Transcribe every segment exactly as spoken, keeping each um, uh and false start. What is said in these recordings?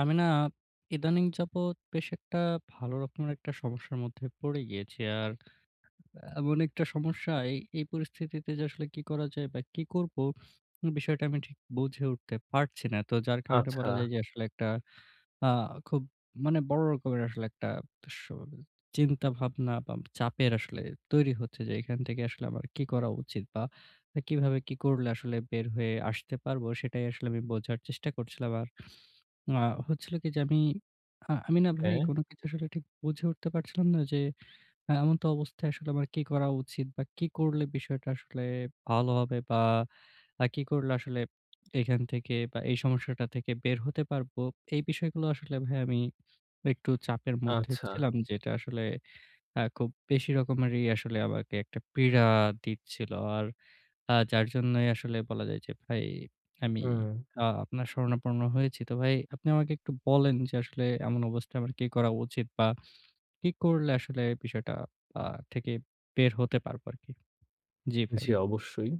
আমি না ইদানিং যাবৎ বেশ একটা ভালো রকমের একটা সমস্যার মধ্যে পড়ে গিয়েছি। আর এমন একটা সমস্যা এই, এই পরিস্থিতিতে যে আসলে কি করা যায় বা কি করব? বিষয়টা আমি ঠিক বুঝে উঠতে পারছি না। তো যার কারণে আচ্ছা, বলা যায় যে আসলে একটা আ খুব মানে বড় রকমের আসলে একটা স চিন্তাভাবনা বা চাপের আসলে তৈরি হচ্ছে যে এখান থেকে আসলে আমার কি করা উচিত? বা কিভাবে কি করলে আসলে বের হয়ে আসতে পারবো? সেটাই আসলে আমি বোঝার চেষ্টা করছিলাম। আর আ হচ্ছিল কি যে আমি আ আমি না ওকে, ভাই কোন কিছু আসলে ঠিক বুঝে উঠতে পারছিলাম না যে আ এমন তো অবস্থায় আসলে আমার কি করা উচিত বা কি করলে বিষয়টা আসলে ভালো হবে বা আ কি করলে আসলে এখান থেকে বা এই সমস্যাটা থেকে বের হতে পারবো। এই বিষয়গুলো আসলে ভাই আমি একটু চাপের মধ্যে আচ্ছা। ছিলাম, যেটা আসলে আ খুব বেশি রকমেরই আসলে আমাকে একটা পীড়া দিচ্ছিল। আর আ যার জন্যই আসলে বলা যায় যে ভাই আমি হুম, আ আপনার শরণাপন্ন হয়েছি। তো ভাই আপনি আমাকে একটু বলেন যে আসলে এমন অবস্থায় আমার কি করা উচিত? বা কি করলে আসলে বিষয়টা আ থেকে বের হতে পারবো আরকি? জি ভাই। জি, অবশ্যই।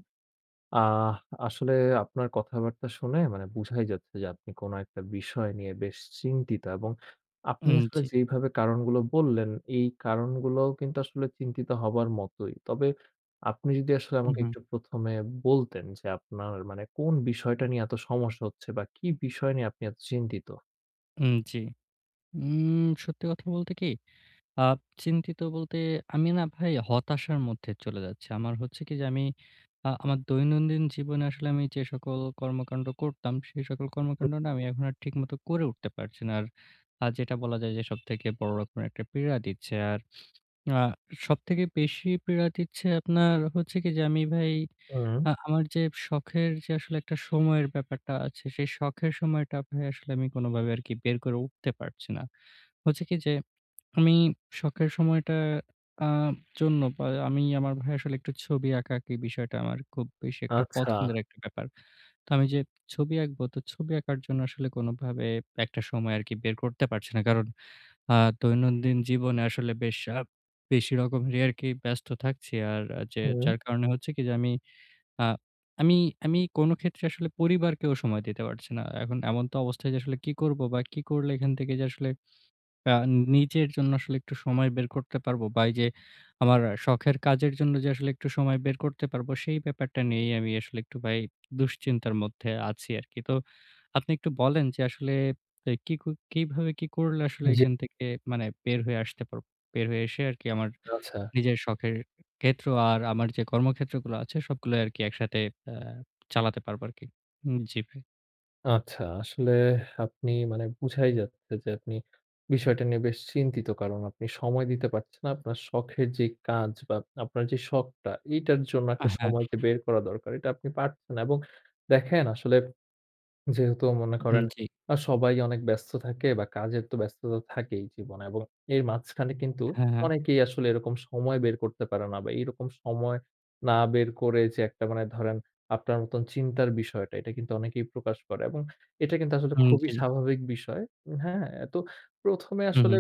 আহ আসলে আপনার কথাবার্তা শুনে মানে বুঝাই যাচ্ছে যে আপনি কোন একটা বিষয় নিয়ে বেশ চিন্তিত এবং আপনি উম, আসলে জি। যেইভাবে কারণগুলো বললেন, এই কারণগুলোও কিন্তু আসলে চিন্তিত হবার মতোই। তবে আপনি যদি আসলে উম আমাকে হুম। একটু প্রথম এ বলতেন যে আপনার মানে কোন বিষয়টা নিয়ে এত সমস্যা হচ্ছে বা কি বিষয় নিয়ে আপনি এত চিন্তিত? উম, জি। উম সত্যি কথা বলতে কি, আ চিন্তিত বলতে আমি না ভাই হতাশার মধ্যে চলে যাচ্ছি। আমার হচ্ছে কি যে আমি আ আমার দৈনন্দিন জীবনে আসলে আমি যে সকল কর্মকাণ্ড করতাম, সেই সকল কর্মকাণ্ড না আমি এখন আর ঠিকমতো করে উঠতে পারছি না। আর আ যেটা বলা যায় যে সবথেকে বড় রকমের একটা পীড়া দিচ্ছে। আর আ সবথেকে বেশি পীড়া দিচ্ছে আপনার হচ্ছে কি যে আমি ভাই হুম, আ আমার যে শখের যে আসলে একটা সময়ের ব্যাপারটা আছে, সেই শখের সময়টা ভাই আসলে আমি কোনোভাবে আরকি বের করে উঠতে পারছি না। হচ্ছে কি যে আমি শখের সময়টা আ জন্য বা আমি আমার ভাই আসলে একটু ছবি আঁকাআঁকি, বিষয়টা আমার খুব বেশি একটা আচ্ছা। পছন্দের একটা ব্যাপার। তো আমি যে ছবি আঁকবো, তো ছবি আঁকার জন্য আসলে কোনোভাবে একটা সময় আরকি বের করতে পারছি না। কারণ আ দৈনন্দিন জীবনে আসলে বেশ আ বেশি রকমেরই আরকি ব্যস্ত থাকছি। আর আহ, যে হুম, যার কারণে হচ্ছে কি যে আমি আ আমি আমি কোনো ক্ষেত্রে আসলে পরিবারকেও সময় দিতে পারছি না। এখন এমন তো অবস্থায় যে আসলে কি করব বা কি করলে এখান থেকে যে আসলে আ নিজের জন্য আসলে একটু সময় বের করতে পারবো বা এই যে আমার শখের কাজের জন্য যে আসলে একটু সময় বের করতে পারবো, সেই ব্যাপারটা নিয়েই আমি আসলে একটু ভাই দুশ্চিন্তার মধ্যে আছি আরকি। তো আপনি একটু বলেন যে আসলে এ কি কু কিভাবে কি করলে আসলে জি, এখান থেকে মানে বের হয়ে আসতে পারবো? বের হয়ে এসে আরকি আমার আচ্ছা। নিজের শখের ক্ষেত্র আর আমার যে কর্মক্ষেত্রগুলো আছে সবগুলো আরকি একসাথে আ চালাতে পারবো আরকি। হুম, জি ভাই। আচ্ছা, আসলে আপনি মানে বুঝাই যাচ্ছে যে আপনি বিষয়টা নিয়ে বেশ চিন্তিত। কারণ আপনি সময় দিতে পারছেন না। আপনার শখের যে কাজ বা আপনার যে শখটা, এইটার জন্য আ একটা হ্যাঁ, সময় যে বের করা দরকার, এটা আপনি পারছেন না এবং দেখেন আসলে যেহেতু মনে হুম, করেন জি। আ সবাই অনেক ব্যস্ত থাকে বা কাজের তো ব্যস্ততা থাকেই জীবনে এবং এর মাঝখানে কিন্তু হ্যাঁ, হ্যাঁ। অনেকেই আসলে এরকম সময় বের করতে পারে না বা এইরকম সময় না বের করে যে একটা মানে ধরেন আপনার মতন চিন্তার বিষয়টা এটা কিন্তু অনেকেই প্রকাশ করে এবং এটা কিন্তু আসলে হুম, খুবই জি। স্বাভাবিক বিষয়। হ্যাঁ? তো প্রথম এ হুম, আসলে হুম।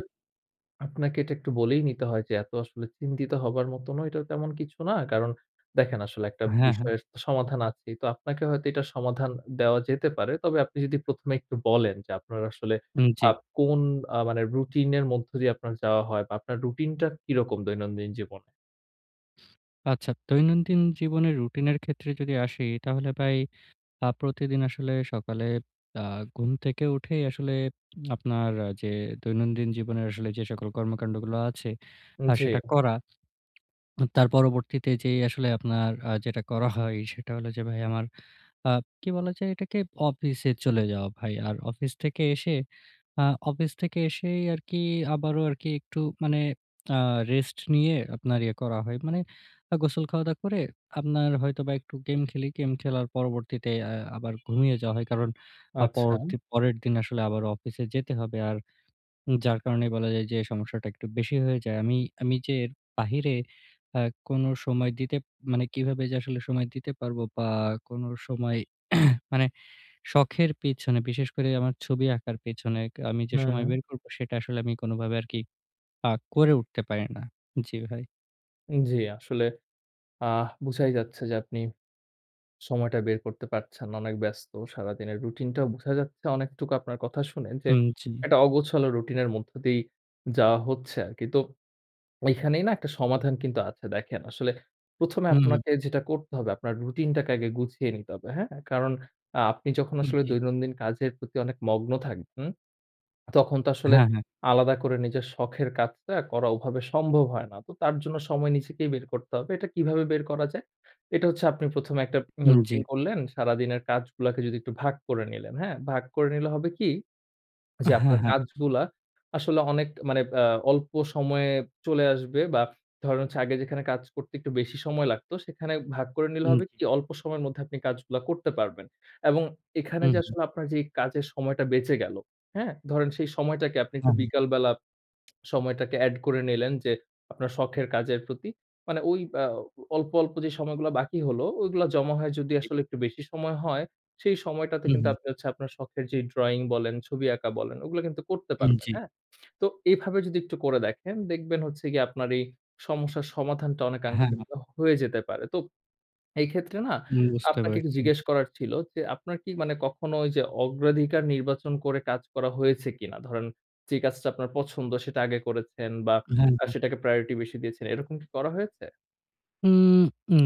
আপনাকে এটা একটু বলেই নিতে হয় যে এত আসলে চিন্তিত হবার মতো নয়, এটা তেমন কিছু না। কারণ দেখেন আসলে একটা হ্যাঁ, হ্যাঁ। বিষয়ের তো সমাধান আছেই। তো আপনাকে হয়তো এটার সমাধান দেওয়া যেতে পারে। তবে আপনি যদি প্রথম এ একটু বলেন যে আপনার আসলে হুম, জি। আ কোন আ মানে রুটিন এর মধ্য দিয়ে আপনার যাওয়া হয় বা আপনার রুটিনটা কিরকম দৈনন্দিন জীবনে? আচ্ছা, দৈনন্দিন জীবনের রুটিনের ক্ষেত্রে যদি আসি, তাহলে ভাই আ প্রতিদিন আসলে সকালে আ ঘুম থেকে উঠেই আসলে আপনার আহ, যে দৈনন্দিন জীবনের আসলে যে সকল কর্মকান্ডগুলো আছে, আ জি, সেটা করা। তার পরবর্তীতে যেই আসলে আপনার আ যেটা করা হয়, সেটা হলো যে ভাই আমার আ কি বলা যায় এটাকে? অফিসে চলে যাওয়া ভাই। আর অফিস থেকে এসে আ অফিস থেকে এসেই আরকি আবারও আরকি একটু মানে আ রেস্ট নিয়ে আপনার ইয়ে করা হয়। মানে আ গোসল খাওয়া-দাওয়া করে আপনার হয়তোবা একটু গেম খেলি। গেম খেলার পরবর্তীতে আ আবার ঘুমিয়ে যাওয়া হয়। কারণ আ আচ্ছা। পরতি পরের দিন আসলে আবার অফিসে যেতে হবে। আর যার কারণে বলা যায় যে সমস্যাটা একটু বেশি হয়ে যায়। আমি আমি যে এর বাহিরে আ কোনো সময় দিতে মানে কিভাবে যে আসলে সময় দিতে পারবো বা কোনো সময় মানে শখের পিছনে, বিশেষ করে আমার ছবি আঁকার পেছনে ক আমি যে হুম, সময় বের করব সেটা আসলে আমি কোনভাবে আরকি আ করে উঠতে পারি না। জি ভাই। জি আসলে আহ বোঝাই যাচ্ছে যে আপনি সময়টা বের করতে পারছেন, অনেক ব্যস্ত। সারাদিনের রুটিনটাও বোঝা যাচ্ছে অনেকটুকু আপনার কথা শুনে যে, উম, জি। একটা অগোছালো রুটিনের মধ্য দিয়েই যাওয়া হচ্ছে আরকি। তো এখানেই না একটা সমাধান কিন্তু আছে দেখেন। আসলে প্রথম এ হুম, হুম। আপনাকে যেটা করতে হবে আপনার রুটিনটাকে আগে গুছিয়ে নিতে হবে, হ্যাঁ? কারণ আ আপনি যখন আসলে জি। দৈনন্দিন কাজের প্রতি অনেক মগ্ন থাকবেন তখন তো আসলে হ্যাঁ, হ্যাঁ। আলাদা করে নিজের শখের কাজটা করা ওভাবে সম্ভব হয় না। তো তার জন্য সময় নিজেকেই বের করতে হবে। এটা কিভাবে বের করা যায়? এটা হচ্ছে আপনি প্রথম এ একটা উম, জি। রুটিন করলেন। সারাদিনের কাজগুলাকে যদি একটু ভাগ করে নিলেন, হ্যাঁ? ভাগ করে নিলে হবে কি জি, হ্যাঁ, আপনার হ্যাঁ। কাজগুলা আসলে অনেক মানে আ অল্প সময়ে চলে আসবে বা ধরেন হচ্ছে আগে যেখানে কাজ করতে একটু বেশি সময় লাগতো, সেখানে ভাগ করে নিলে উম, হবে জি। কি অল্প সময়ের মধ্যে আপনি কাজগুলা করতে পারবেন। এবং এখানে হুম, যে হুম। আসলে আপনার যে কাজের সময়টা বেঁচে গেল, হ্যাঁ? ধরেন সেই সময়টাকে আপনি একটু হ্যাঁ, হ্যাঁ। বিকালবেলা সময়টাকে এড করে নিলেন যে, আপনার শখের কাজের প্রতি। মানে ওই আ অল্প, অল্প যে সময়গুলা বাকি হলো, ওইগুলা জমা হয় যদি জি। আসলে একটু বেশি সময় হয়, সেই সময়টাতে হুম, কিন্তু হুম। আপনি হচ্ছে আপনার শখের যে ড্রইং বলেন, ছবি আঁকা বলেন, ওগুলো কিন্তু করতে উম, পারবেন, জি। হ্যাঁ? তো এইভাবে যদি একটু করে দেখেন, দেখবেন হচ্ছে গিয়ে আপনার এই সমস্যার সমাধানটা হ্যাঁ, অনেকাংশে হ্যাঁ। হয়ে যেতে পারে। তো এই ক্ষেত্রে না উম বুঝতে আপনাকে একটু পারছি। জিজ্ঞেস করার ছিল যে, আপনার কি মানে কখনো ওই যে অগ্রাধিকার নির্বাচন করে কাজ করা হয়েছে কিনা? ধরেন যে কাজটা আপনার পছন্দ সেটা আগে করেছেন বা হ্যাঁ, আ হ্যাঁ। সেটাকে প্রায়োরিটি বেশি দিয়েছেন। এরকম কি করা হয়েছে? উম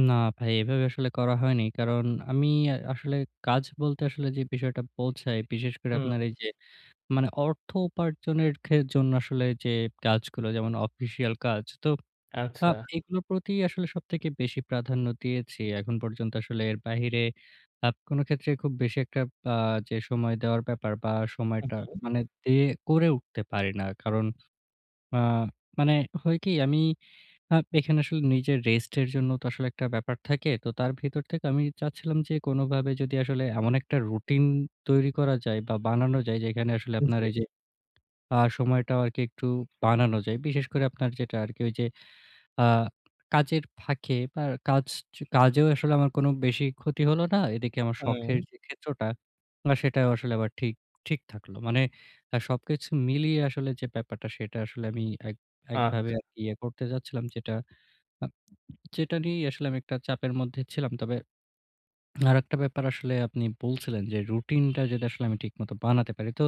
না ভাই, এভাবে আসলে করা হয়নি। কারণ আমি আ আসলে কাজ বলতে আসলে যে বিষয়টা বোঝায়, বিশেষ করে হুম, আপনার এই যে মানে অর্থ উপার্জনের খে জন্য আসলে যে কাজগুলো, যেমন অফিসিয়াল কাজ। তো আ আচ্ছা। এগুলোর প্রতি আসলে সবথেকে বেশি প্রাধান্য দিয়েছি। এখন পর্যন্ত আসলে এর বাহিরে আ কোন ক্ষেত্রে খুব বেশি একটা আ যে সময় দেওয়ার ব্যাপার বা হু, সময়টা হু। মানে দিয়ে করে উঠতে পারি না। কারণ আ মানে হয় কি আমি আ এখানে আসলে নিজের রেস্টের জন্য তো আসলে একটা ব্যাপার থাকে। তো তার ভিতর থেকে আমি চাচ্ছিলাম যে কোনভাবে যদি আসলে এমন একটা রুটিন তৈরি করা যায় বা বানানো যায় যেখানে আসলে আপনার জি। এই যে আ সময়টাও আরকি একটু বানানো যায়। বিশেষ করে আপনার যেটা আরকি ওই যে আ কাজের ফাঁকে বা কাজ কাজেও আসলে আমার কোনো বেশি ক্ষতি হলো না। এদিকে আমার হুম। শখের যে ক্ষেত্রটা আ সেটাও আসলে আবার ঠিক ঠিক থাকলো। মানে আ সবকিছু মিলিয়ে আসলে যে ব্যাপারটা, সেটা আসলে আমি এক একভাবে আচ্ছা। আরকি ইয়ে করতে যাচ্ছিলাম, যেটা আ যেটা নিয়েই আসলে আমি একটা চাপের মধ্যে ছিলাম। তবে আরেকটা ব্যাপার আসলে আপনি বলছিলেন যে রুটিনটা যদি আসলে আমি ঠিকমতো বানাতে পারি। তো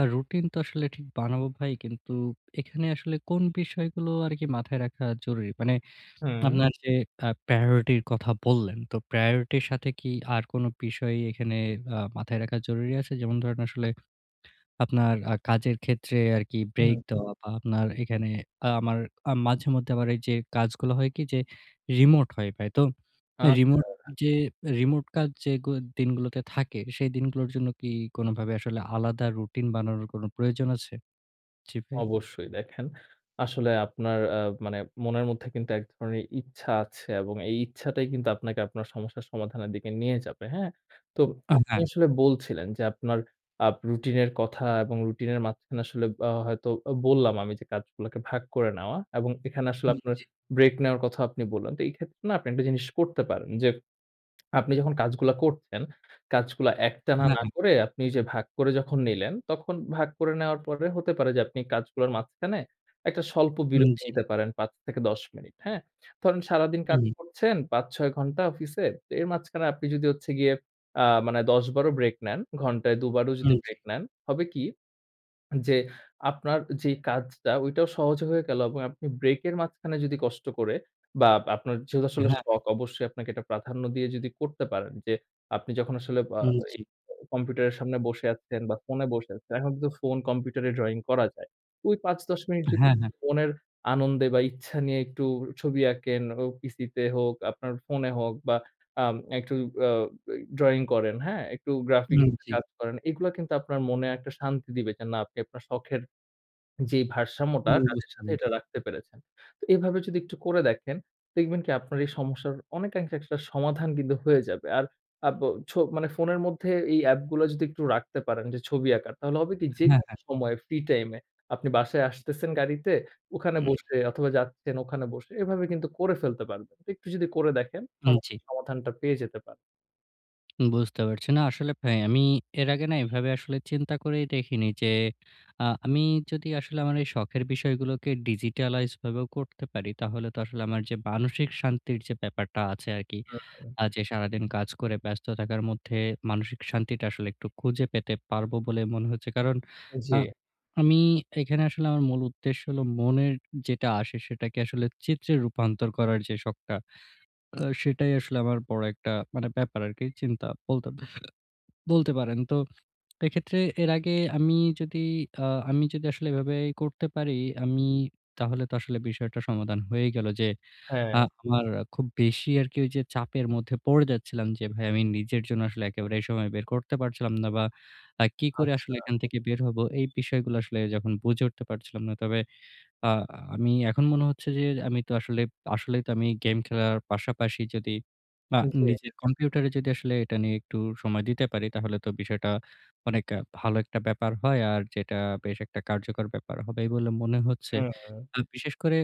আ রুটিন তো আসলে ঠিক বানাবো ভাই। কিন্তু এখানে আসলে কোন বিষয়গুলো আরকি মাথায় রাখা জরুরি? মানে হুম, আপনার যে আ প্রায়োরিটি র কথা বললেন, তো প্রায়োরিটি র সাথে কি আর কোন বিষয় এখানে আ মাথায় রাখা জরুরি আছে? যেমন ধরেন আসলে আপনার আ কাজের ক্ষেত্রে আরকি ব্রেক হুম। হুম। দেওয়া বা আপনার এখানে আ আমার আ মাঝেমধ্যে আবার এই যে কাজগুলো হয় কি যে রিমোট হয় ভাই। তো রিমোট আচ্ছা। যে রিমোট কাজ যে গু দিনগুলোতে থাকে সেই দিনগুলোর জন্য কি কোনোভাবে আসলে আলাদা রুটিন বানানোর কোনো প্রয়োজন আছে? জি ভাই। অবশ্যই দেখেন, আসলে আপনার আ মানে মনের মধ্যে কিন্তু এক ধরনের ইচ্ছা আছে এবং এই ইচ্ছাটাই কিন্তু আপনাকে আপনার সমস্যার সমাধানের দিকে নিয়ে যাবে, হ্যাঁ? তো হুম। আ আপনি হ্যাঁ, আসলে বলছিলেন যে আপনার আপ রুটিনের কথা এবং রুটিনের মাঝখানে আসলে আ হয়তো আ বললাম আমি যে কাজগুলোকে ভাগ করে নেওয়া এবং এখানে আসলে উম আপনার ব্রেক নেওয়ার কথাও আপনি বললেন। তো এই ক্ষেত্রে না আপনি একটা জিনিস করতে পারেন যে আপনি যখন কাজগুলা করছেন, কাজগুলা একটানা হ্যাঁ, না হ্যাঁ। করে আপনি যে ভাগ করে যখন নিলেন, তখন ভাগ করে নেওয়ার পরে হতে পারে যে আপনি কাজগুলোর মাঝখানে একটা স্বল্প উম, বিরতি জি। নিতে পারেন পাঁচ থেকে দশ মিনিট, হ্যাঁ? ধরেন সারাদিন কাজ উম করছেন পাঁচ ছয় ঘন্টা অফিসে। তো এর মাঝখানে আপনি যদি হচ্ছে গিয়ে আ মানে দশ বারো ব্রেক নেন, ঘন্টায় দুবারও উম যদি জি। ব্রেক নেন, হবে কি যে আপনার যে কাজটা ওইটাও সহজ হয়ে গেল এবং আপনি ব্রেকের মাঝখানে যদি কষ্ট করে বা আপনার যেহেতু আসলে হ্যাঁ, হ্যাঁ। শখ অবশ্যই আপনাকে এটা প্রাধান্য দিয়ে যদি করতে পারেন যে আপনি যখন আসলে আ উম, এই জি। কম্পিউটারের সামনে বসে আছেন বা ফোনে বসে আছেন, এখন কিন্তু ফোন কম্পিউটারে ড্রইং করা যায়। ওই পাঁচ থেকে দশ মিনিট যদি হ্যাঁ, হ্যাঁ। মনের আনন্দে বা ইচ্ছা নিয়ে একটু ছবি আঁকেন, ও পিসিতে হোক, আপনার ফোনে হোক বা আম একটু আ ড্রইং করেন, হ্যাঁ? একটু গ্রাফিক উম, জি। কাজ করেন। এগুলা কিন্তু আপনার মনে একটা শান্তি দিবে যে না আপনি আপনার শখের যেই ভারসাম্যটা উম কাজের বুঝতে সাথে এটা পারছি। রাখতে পেরেছেন। তো এভাবে যদি একটু করে দেখেন, দেখবেন কি আপনার এই সমস্যার অনেকাংশে একটা সমাধান কিন্তু হয়ে যাবে। আর আব ছ মানে ফোনের মধ্যে এই অ্যাপগুলা যদি একটু রাখতে পারেন যে ছবি আঁকার তাহলে হবে কি হ্যাঁ, যেকোনো হ্যাঁ। সময় ফ্রি টাইম এ আপনি বাসায় আসতেছেন গাড়িতে, ওখানে বসে অথবা যাচ্ছেন ওখানে বসে এভাবে কিন্তু করে ফেলতে পারবেন। তো একটু যদি করে দেখেন উম, জি। সমস্যার সমাধানটা পেয়ে যেতে পারেন। বুঝতে পারছি। না আসলে ভাই আমি এর আগে না এভাবে আসলে চিন্তা করেই দেখিনি যে আ আমি যদি আসলে আমার এই শখের বিষয়গুলোকে ডিজিটালাইজ ভাবেও করতে পারি তাহলে তো আসলে আমার যে মানসিক শান্তির যে ব্যাপারটা আছে আরকি, হুম, আ যে সারাদিন কাজ করে ব্যস্ত থাকার মধ্যে মানসিক শান্তিটা আসলে একটু খুঁজে পেতে পারবো বলে মনে হচ্ছে। কারণ আ জি, আমি এখানে আসলে আমার মূল উদ্দেশ্য হলো মনের যেটা আসে সেটাকে আসলে চিত্রে রূপান্তর করার যে শখটা, আ সেটাই আসলে আমার বড় একটা মানে ব্যাপার আরকি, চিন্তা বলতে বলতে পারেন। তো এক্ষেত্রে এর আগে আমি যদি আ আমি যদি আসলে এভাবে করতে পারি, আমি তাহলে তো আসলে বিষয়টা সমাধান হয়ে গেল যে, আ হ্যাঁ, আমার খুব বেশি আরকি ওই যে চাপের মধ্যে পড়ে যাচ্ছিলাম যে, ভাই আমি নিজের জন্য আসলে একেবারে সময় বের করতে পারছিলাম না বা আ কি করে আসলে আচ্ছা, এখান থেকে বের হব, এই বিষয়গুলো আসলে যখন বুঝে উঠতে পারছিলাম না। তবে আ আমি এখন মনে হচ্ছে যে আমি তো আসলে আসলেই তো আমি গেম খেলার পাশাপাশি যদি আ জি। নিজের কম্পিউটারে যদি আসলে এটা নিয়ে একটু সময় দিতে পারি তাহলে তো বিষয়টা অনেক আ ভালো একটা ব্যাপার হয়। আর যেটা বেশ একটা কার্যকর ব্যাপার হবে বলে মনে হচ্ছে। হুম, আ বিশেষ করে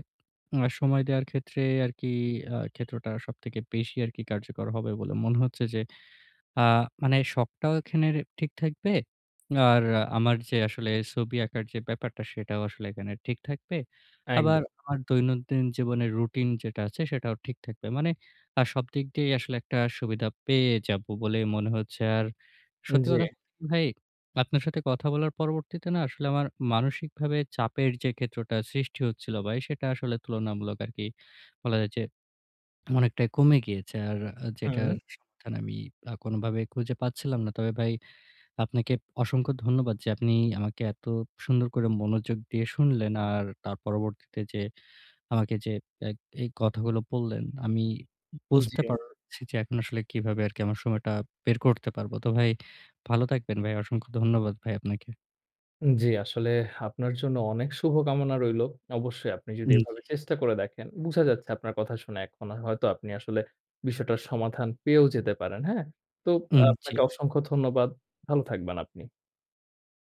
আ সময় দেওয়ার ক্ষেত্রে আরকি আ ক্ষেত্রটা সবথেকে বেশি আরকি কার্যকর হবে বলে মনে হচ্ছে যে আ মানে শখটাও এখানে ঠিক থাকবে। আর আমার যে আসলে ছবি আঁকার যে ব্যাপারটা সেটাও আসলে এখানে ঠিক থাকবে। আবার একদম। আমার দৈনন্দিন জীবনের রুটিন যেটা আছে সেটাও ঠিক থাকবে। মানে আ সব দিক দিয়েই আসলে একটা সুবিধা পেয়ে যাবো বলে মনে হচ্ছে। আর সত্যি জি, কথা বলতে কি ভাই, আপনার সাথে কথা বলার পরবর্তীতে না আসলে আমার মানসিকভাবে চাপের যে ক্ষেত্রটা সৃষ্টি হচ্ছিল ভাই, সেটা আসলে তুলনামূলক আরকি বলা যায় যে অনেকটাই কমে গিয়েছে। আর আ হুম, যেটার হুম। সমাধান আমি আ কোনভাবে খুঁজে পাচ্ছিলাম না। তবে ভাই আপনাকে অসংখ্য ধন্যবাদ যে আপনি আমাকে এত সুন্দর করে মনোযোগ দিয়ে শুনলেন। আর তার পরবর্তীতে যে আমাকে যে এক এই কথাগুলো বললেন, আমি জি, বুঝতে পারছি যে এখন আসলে কিভাবে আরকি আমার সময়টা বের করতে পারবো। তো ভাই ভালো থাকবেন ভাই। অসংখ্য ধন্যবাদ ভাই আপনাকে। জি, আসলে আপনার জন্য অনেক শুভকামনা রইলো। অবশ্যই আপনি যদি এভাবে উম চেষ্টা করে দেখেন, বুঝা যাচ্ছে আপনার কথা শুনে এখন হয়তো আপনি আসলে বিষয়টার সমাধান পেয়েও যেতে পারেন। হ্যাঁ? তো উম জি। আপনাকে অসংখ্য ধন্যবাদ। ভালো থাকবেন আপনি।